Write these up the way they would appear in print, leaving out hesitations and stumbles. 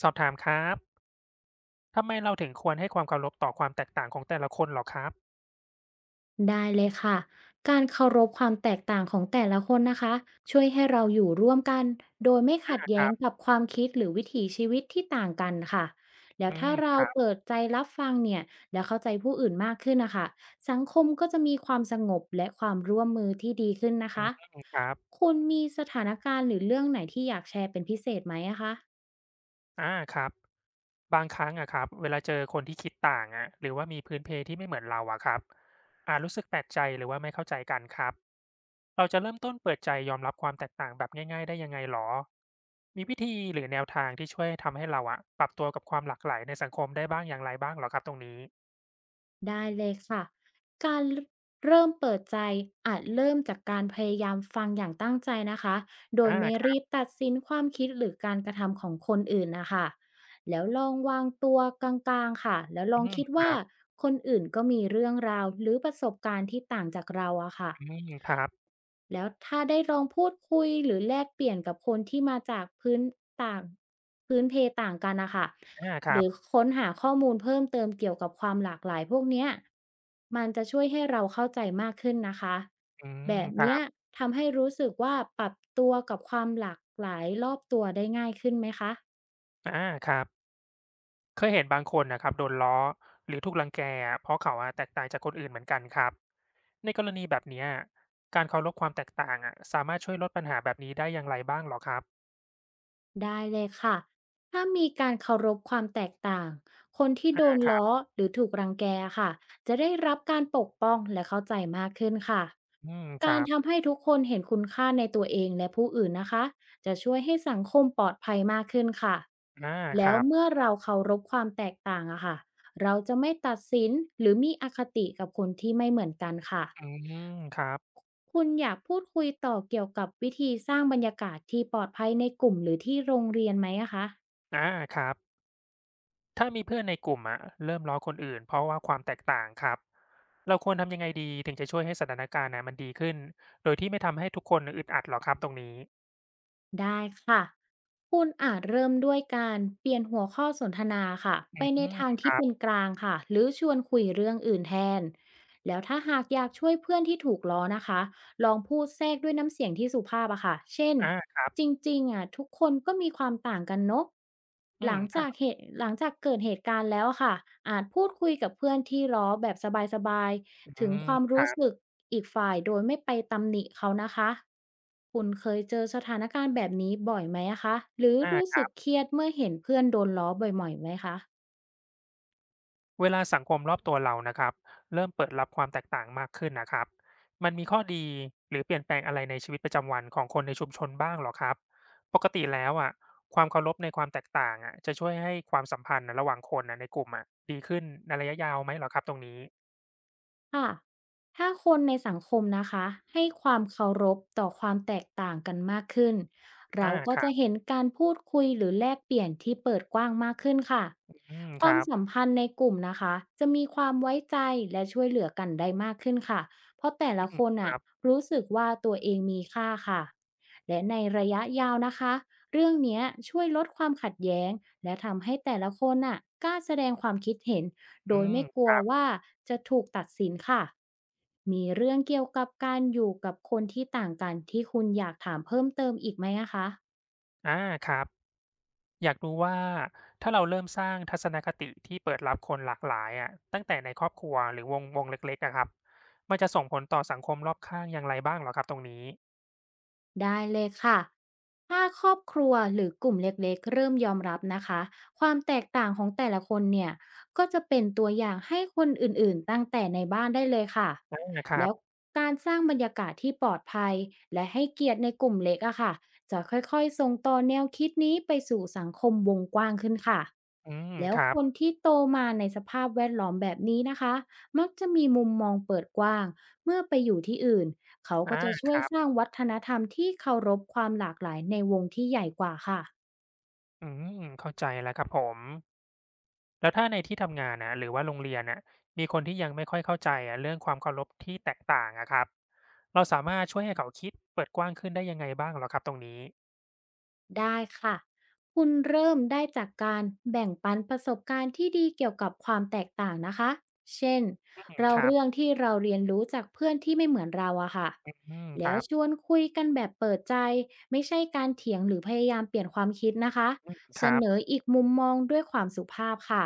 สอบถามครับทำไมเราถึงควรให้ความเคารพต่อความแตกต่างของแต่ละคนเหรอครับได้เลยค่ะ การเคารพความแตกต่างของแต่ละคนนะคะช่วยให้เราอยู่ร่วมกันโดยไม่ขัดนะคแย้รังบกับความคิดหรือวิถีชีวิตที่ต่างกันค่ะแล้อืวมถ้าคเรารัเปิบดใจรับฟังเนี่ยแล้วเข้าใจผู้อื่นมากขึ้นนะคะสังคมก็จะมีความสงบและความร่วมมือที่ดีขึ้นนะอืมคะครับคุณมีสถานการณ์หรือเรื่องไหนที่อยากแชร์เป็นพิเศษไหมอะคะ อาครับบางครั้งอะครับเวลาเจอคนที่คิดต่างอะหรือว่ามีพื้นเพที่ไม่เหมือนเราอะครับอาจรู้สึกแปลกใจหรือว่าไม่เข้าใจกันครับเราจะเริ่มต้นเปิดใจยอมรับความแตกต่างแบบง่ายๆได้ยังไงหรอมีวิธีหรือแนวทางที่ช่วยทำให้เราอะปรับตัวกับความหลากหลายในสังคมได้บ้างอย่างไรบ้างเหรอครับตรงนี้ได้เลยค่ะ การเริ่มเปิดใจอาจเริ่มจากการพยายามฟังอย่างตั้งใจนะคะ โดอายไม่ครัรีบบตัดสินความคิดหรือการกระทำของคนอื่นนะคะ แล้วลองวางตัวกลางๆค่ะ แล้วลอืองมคิดคว่ารับคนอื่นก็มีเรื่องราวหรือประสบการณ์ที่ต่างจากเราอะค่ะ อืมครับแล้วถ้าได้ลองพูดคุยหรือแลกเปลี่ยนกับคนที่มาจากต่างพื้นเพต่างกันนะค่ะอาคหรัรืบอค้นหาข้อมูลเพิ่มเติมเกี่ยวกับความหลากหลายพวกเนี้ยมันจะช่วยให้เราเข้าใจมากขึ้นนะคะอืมแบบครัเนี้ยบ ทำให้รู้สึกว่าปรับตัวกับความหลากหลายรอบตัวได้ง่ายขึ้นไหมคะ อาครับเคยเห็นบางคนน่ะครับโดนล้อหรือถูกรังแกอะเพราะเขาอะแตกต่างจากคนอื่นเหมือนกันครับในกรณีแบบเนี้ยการเคารพความแตกต่างอะสามารถช่วยลดปัญหาแบบนี้ได้อย่างไรบ้างเหรอครับได้เลยค่ะถ้ามีการเคารพความแตกต่างคนที่อาโดนครับล้อหรือถูกรังแกค่ะจะได้รับการปกป้องและเข้าใจมากขึ้นค่ะอืมคการัรบทำให้ทุกคนเห็นคุณค่าในตัวเองและผู้อื่นนะคะจะช่วยให้สังคมปลอดภัยมากขึ้นค่ะอาคแล้วรับเมื่อเราเคารพความแตกต่างอะค่ะเราจะไม่ตัดสินหรือมีอคติกับคนที่ไม่เหมือนกันค่ะอืมครับคุณอยากพูดคุยต่อเกี่ยวกับวิธีสร้างบรรยากาศที่ปลอดภัยในกลุ่มหรือที่โรงเรียนไหมอะคะ อาครับถ้ามีเพื่อนในกลุ่มอะเริ่มล้อคนอื่นเพราะว่าความแตกต่างครับเราควรทำยังไงดีถึงจะช่วยให้สถานการณ์น่ะมันดีขึ้นโดยที่ไม่ทำให้ทุกคนอึดอัดหรอครับตรงนี้ได้ค่ะ คุณอาจเริ่มด้วยการเปลี่ยนหัวข้อสนทนาค่ะอืไปในมทางคที่รับเป็นกลางค่ะหรือชวนคุยเรื่องอื่นแทนแล้วถ้าหากอยากช่วยเพื่อนที่ถูกล้อนะคะลองพูดแทรกด้วยน้ำเสียงที่สุภาพอะค่ะเช่นอาครัจบริงๆอะทุกคนก็มีความต่างกันเนาะอืหมลังครัจาบกเหตุหลังจากเกิดเหตุการณ์แล้วอะค่ะอาจพูดคุยกับเพื่อนที่ล้อแบบสบายอืๆ ถึงคมวามครัรู้บ สึกอีกฝ่ายโดยไม่ไปตำหนิเขานะคะคุณเคยเจอสถานการณ์แบบนี้บ่อยไหมอะคะหรืออารู้คสึรักบเครียดเมื่อเห็นเพื่อนโดนล้อบ่อยๆไหมคะ เวลาสังคมรอบตัวเรานะครับเริ่มเปิดรับความแตกต่างมากขึ้นนะครับมันมีข้อดีหรือเปลี่ยนแปลงอะไรในชีวิตประจำวันของคนในชุมชนบ้างเหรอครับปกติแล้วอะความเคารพในความแตกต่างอะจะช่วยให้ความสัมพันธ์ระหว่างคนน่ะในกลุ่มอะดีขึ้นในระยะยาวไหมเหรอครับตรงนี้ค่ะถ้าคนในสังคมนะคะให้ความเคารพต่อความแตกต่างกันมากขึ้นอาเราก็ครัจะเห็บนการพูดคุยหรือแลกเปลี่ยนที่เปิดกว้างมากขึ้นค่ะอืมคควารัมสับมพันธ์ในกลุ่มนะคะจะมีความไว้ใจและช่วยเหลือกันได้มากขึ้นค่ะเพราะแต่อืละมคนคน่ะรับรู้สึกว่าตัวเองมีค่าค่ะและในระยะยาวนะคะเรื่องเนี้ยช่วยลดความขัดแย้งและทำให้แต่ละคนน่ะกล้าแสดงความคิดเห็น อืโดยมไม่กคลัวรับว่าจะถูกตัดสินค่ะ มีเรื่องเกี่ยวกับการอยู่กับคนที่ต่างกันที่คุณอยากถามเพิ่มเติมอีกไหมนะคะ อาครับ อยากรู้ว่าถ้าเราเริ่มสร้างทัศนคติที่เปิดรับคนหลากหลายอะตั้งแต่ในครอบครัวหรือวงวงเล็กๆอะครับมันจะส่งผลต่อสังคมรอบข้างอย่างไรบ้างเหรอครับตรงนี้ได้เลยค่ะ ถ้าครอบครัวหรือกลุ่มเล็กๆเริ่มยอมรับนะคะ ความแตกต่างของแต่ละคนเนี่ยก็จะเป็นตัวอย่างให้คนอื่นๆตั้งแต่ในบ้านได้เลยค่ะ อาครับแล้วการสร้างบรรยากาศที่ปลอดภัยและให้เกียรติในกลุ่มเล็กอะค่ะจะค่อยๆส่งต่อแนวคิดนี้ไปสู่สังคมวงกว้างขึ้นค่ะ อืมแล้วครัคบนที่โตมาในสภาพแวดล้อมแบบนี้นะคะมักจะมีมุมมองเปิดกว้างเมื่อไปอยู่ที่อื่นเขาอาก็จะคช่วยรัสร้างบวัฒนธรรมที่เคารพความหลากหลายในวงที่ใหญ่กว่าค่ะ อืมเข้าใจแล้วครับผมแล้วถ้าในที่ทำงานนะหรือว่าโรงเรียนน่ะมีคนที่ยังไม่ค่อยเข้าใจอะเรื่องความเคารพที่แตกต่างอะครับเราสามารถช่วยให้เขาคิดเปิดกว้างขึ้นได้ยังไงบ้างเหรอครับตรงนี้ได้ค่ะ คุณเริ่มได้จากการแบ่งปันประสบการณ์ที่ดีเกี่ยวกับความแตกต่างนะคะเช่นอืมคเรารับเรื่องที่เราเรียนรู้จากเพื่อนที่ไม่เหมือนเราอะค่ะอืมคแล้รัวชบวนคุยกันแบบเปิดใจ ไม่ใช่การเถียงหรือพยายามเปลี่ยนความคิดนะคะคเสรันอบอีกมุมมองด้วยความสุภาพค่ะ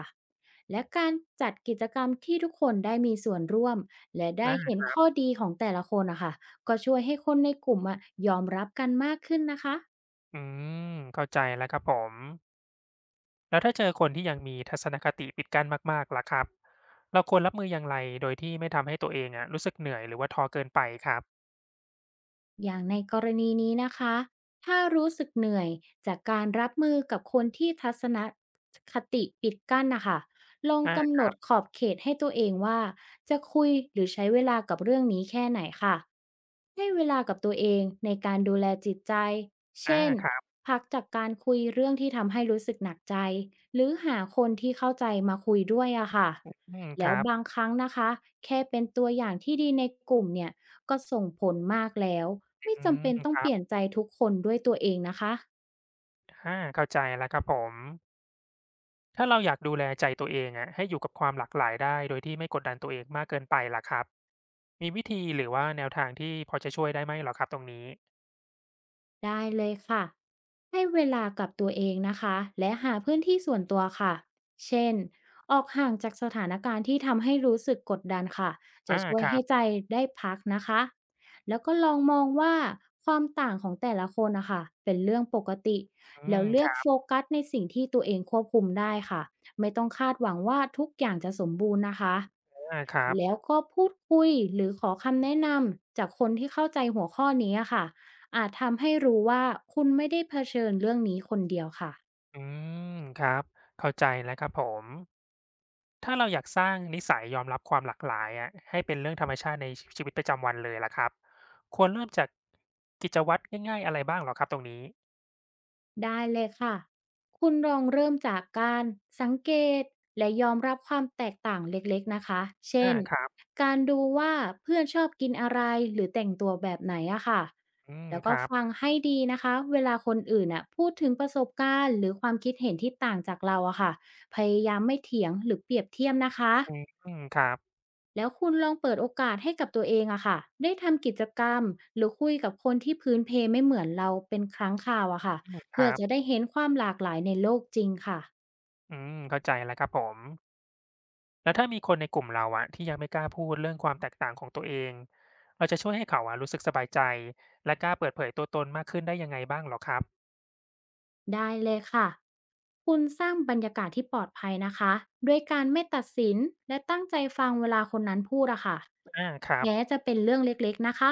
และการจัดกิจกรรมที่ทุกคนได้มีส่วนร่วมและได้อา เห็นข้อดีของแต่ละคนนะคะก็ช่วยให้คนในกลุ่มอะยอมรับกันมากขึ้นนะคะ อืมเข้าใจแล้วครับผมแล้วถ้าเจอคนที่ยังมีทัศนคติปิดกั้นมากๆล่ะครับเราควรรับมืออย่างไรโดยที่ไม่ทำให้ตัวเองอะรู้สึกเหนื่อยหรือว่าท้อเกินไปครับอย่างในกรณีนี้นะคะ ถ้ารู้สึกเหนื่อยจากการรับมือกับคนที่ทัศนคติปิดกั้นนะคะ ลองอ่กำหานดขอบเขตให้ตัวเองว่าจะคุยหรือใช้เวลากับเรื่องนี้แค่ไหนค่ะ ให้เวลากับตัวเองในการดูแลจิตใจ อ่าเช่น ครับพักจากการคุยเรื่องที่ทำให้รู้สึกหนักใจ หรือหาคนที่เข้าใจมาคุยด้วยอะค่ะอืมคแล้รัวบบางครั้งนะคะแค่เป็นตัวอย่างที่ดีในกลุ่มเนี่ย ก็ส่งผลมากแล้วไม่อืจำเป็นมต้องเปลี่ยนใจทุกคนด้วยตัวเองนะคะอ่าเข้าใจแล้วครับผมถ้าเราอยากดูแลใจตัวเองอะให้อยู่กับความหลากหลายได้โดยที่ไม่กดดันตัวเองมากเกินไปล่ะครับมีวิธีหรือว่าแนวทางที่พอจะช่วยได้ไหมเหรอครับตรงนี้ได้เลยค่ะให้เวลากับตัวเองนะคะและหาพื้นที่ส่วนตัวค่ะเช่นออกห่างจากสถานการณ์ที่ทำให้รู้สึกกดดันค่ะจะอ่าช่วคยรัให้บใจได้พักนะคะแล้วก็ลองมองว่าความต่างของแต่ละคนนะคะเป็นเรื่องปกติอืแล้วมเลืคอกรับโฟกัสในสิ่งที่ตัวเองควบคุมได้ค่ะไม่ต้องคาดหวังว่าทุกอย่างจะสมบูรณ์นะคะ อ่าครับแล้วก็พูดคุยหรือขอคำแนะนำจากคนที่เข้าใจหัวข้อนี้อะค่ะอาจทำให้รู้ว่าคุณไม่ได้เผชิญเรื่องนี้คนเดียวค่ะ อืมครับเข้าใจแล้วครับผม ถ้าเราอยากสร้างนิสัยยอมรับความหลากหลายอะให้เป็นเรื่องธรรมชาติในชีวิตประจำวันเลยล่ะครับควรเริ่มจากกิจวัตรง่ายๆอะไรบ้างเหรอครับตรงนี้ได้เลยค่ะคุณลองเริ่มจากการสังเกตและยอมรับความแตกต่างเล็กๆนะคะเช่อานครับการดูว่าเพื่อนชอบกินอะไรหรือแต่งตัวแบบไหนอะค่ะอืมแล้วคก็รับฟังให้ดีนะคะเวลาคนอื่นอะพูดถึงประสบการณ์หรือความคิดเห็นที่ต่างจากเราอะค่ะพยายามไม่เถียงหรือเปรียบเทียบนะคะ อืมอืมครับแล้วคุณลองเปิดโอกาสให้กับตัวเองอะค่ะได้ทำกิจกรรมหรือคุยกับคนที่พื้นเพไม่เหมือนเราเป็นครั้งคราวอะค่ะอืมคเพื่รัอจะบได้เห็นความหลากหลายในโลกจริงค่ะอืมเข้าใจแล้วครับผมแล้วถ้ามีคนในกลุ่มเราอะที่ยังไม่กล้าพูดเรื่องความแตกต่างของตัวเองเราจะช่วยให้เขาอะรู้สึกสบายใจและกล้าเปิดเผยตัวตนมากขึ้นได้ยังไงบ้างเหรอครับได้เลยค่ะคุณสร้างบรรยากาศที่ปลอดภัยนะคะด้วยการไม่ตัดสินและตั้งใจฟังเวลาคนนั้นพูดอะค่ะอาครับแม้จะเป็นเรื่องเล็กๆนะคะ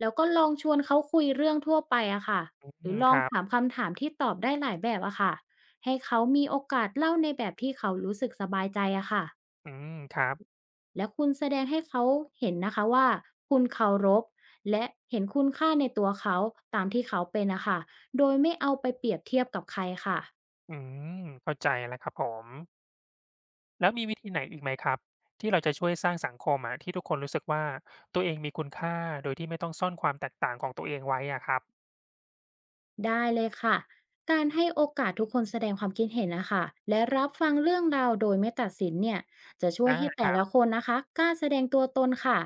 แล้วก็ลองชวนเขาคุยเรื่องทั่วไปอะค่ะอืหรือมลคองรัถาบมคำถามที่ตอบได้หลายแบบอะค่ะให้เขามีโอกาสเล่าในแบบที่เขารู้สึกสบายใจอะค่ะอืมครับและคุณแสดงให้เขาเห็นนะคะว่าคุณเคารพและเห็นคุณค่าในตัวเขาตามที่เขาเป็นอะค่ะโดยไม่เอาไปเปรียบเทียบกับใครค่ะ อืมเข้าใจแล้วครับผม แล้วมีวิธีไหนอีกไหมครับที่เราจะช่วยสร้างสังคมอะที่ทุกคนรู้สึกว่าตัวเองมีคุณค่าโดยที่ไม่ต้องซ่อนความแตกต่างของตัวเองไว้อะครับได้เลยค่ะการให้โอกาสทุกคนแสดงความคิดเห็นนะคะและรับฟังเรื่องราวโดยไม่ตัดสินเนี่ยจะช่วอายให้คแต่รัละบคนนะคะกล้าแสดงตัวตนค่ะ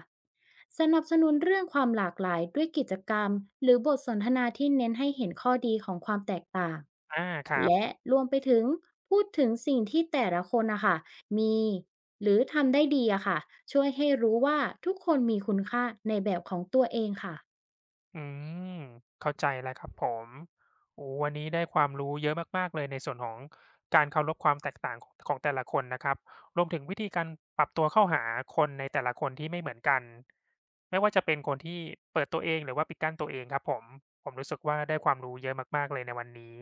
สนับสนุนเรื่องความหลากหลายด้วยกิจกรรมหรือบทสนทนาที่เน้นให้เห็นข้อดีของความแตกต่างอาครับ และรวมไปถึงพูดถึงสิ่งที่แต่ละคนนะคะมีหรือทำได้ดีอะค่ะช่วยให้รู้ว่าทุกคนมีคุณค่าในแบบของตัวเองค่ะ อืมเข้าใจแล้วครับผมโอ้วันนี้ได้ความรู้เยอะมากๆเลยในส่วนของการเคารพความแตกต่างของแต่ละคนนะครับรวมถึงวิธีการปรับตัวเข้าหาคนในแต่ละคนที่ไม่เหมือนกันไม่ว่าจะเป็นคนที่เปิดตัวเองหรือว่าปิดกั้นตัวเองครับผม ผมรู้สึกว่าได้ความรู้เยอะมากๆเลยในวันนี้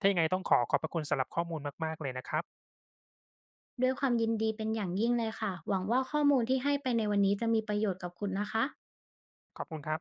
ถ้ายังไงต้องขอขอบพระคุณสำหรับข้อมูลมากๆเลยนะครับด้วยความยินดีเป็นอย่างยิ่งเลยค่ะ หวังว่าข้อมูลที่ให้ไปในวันนี้จะมีประโยชน์กับคุณนะคะขอบคุณครับ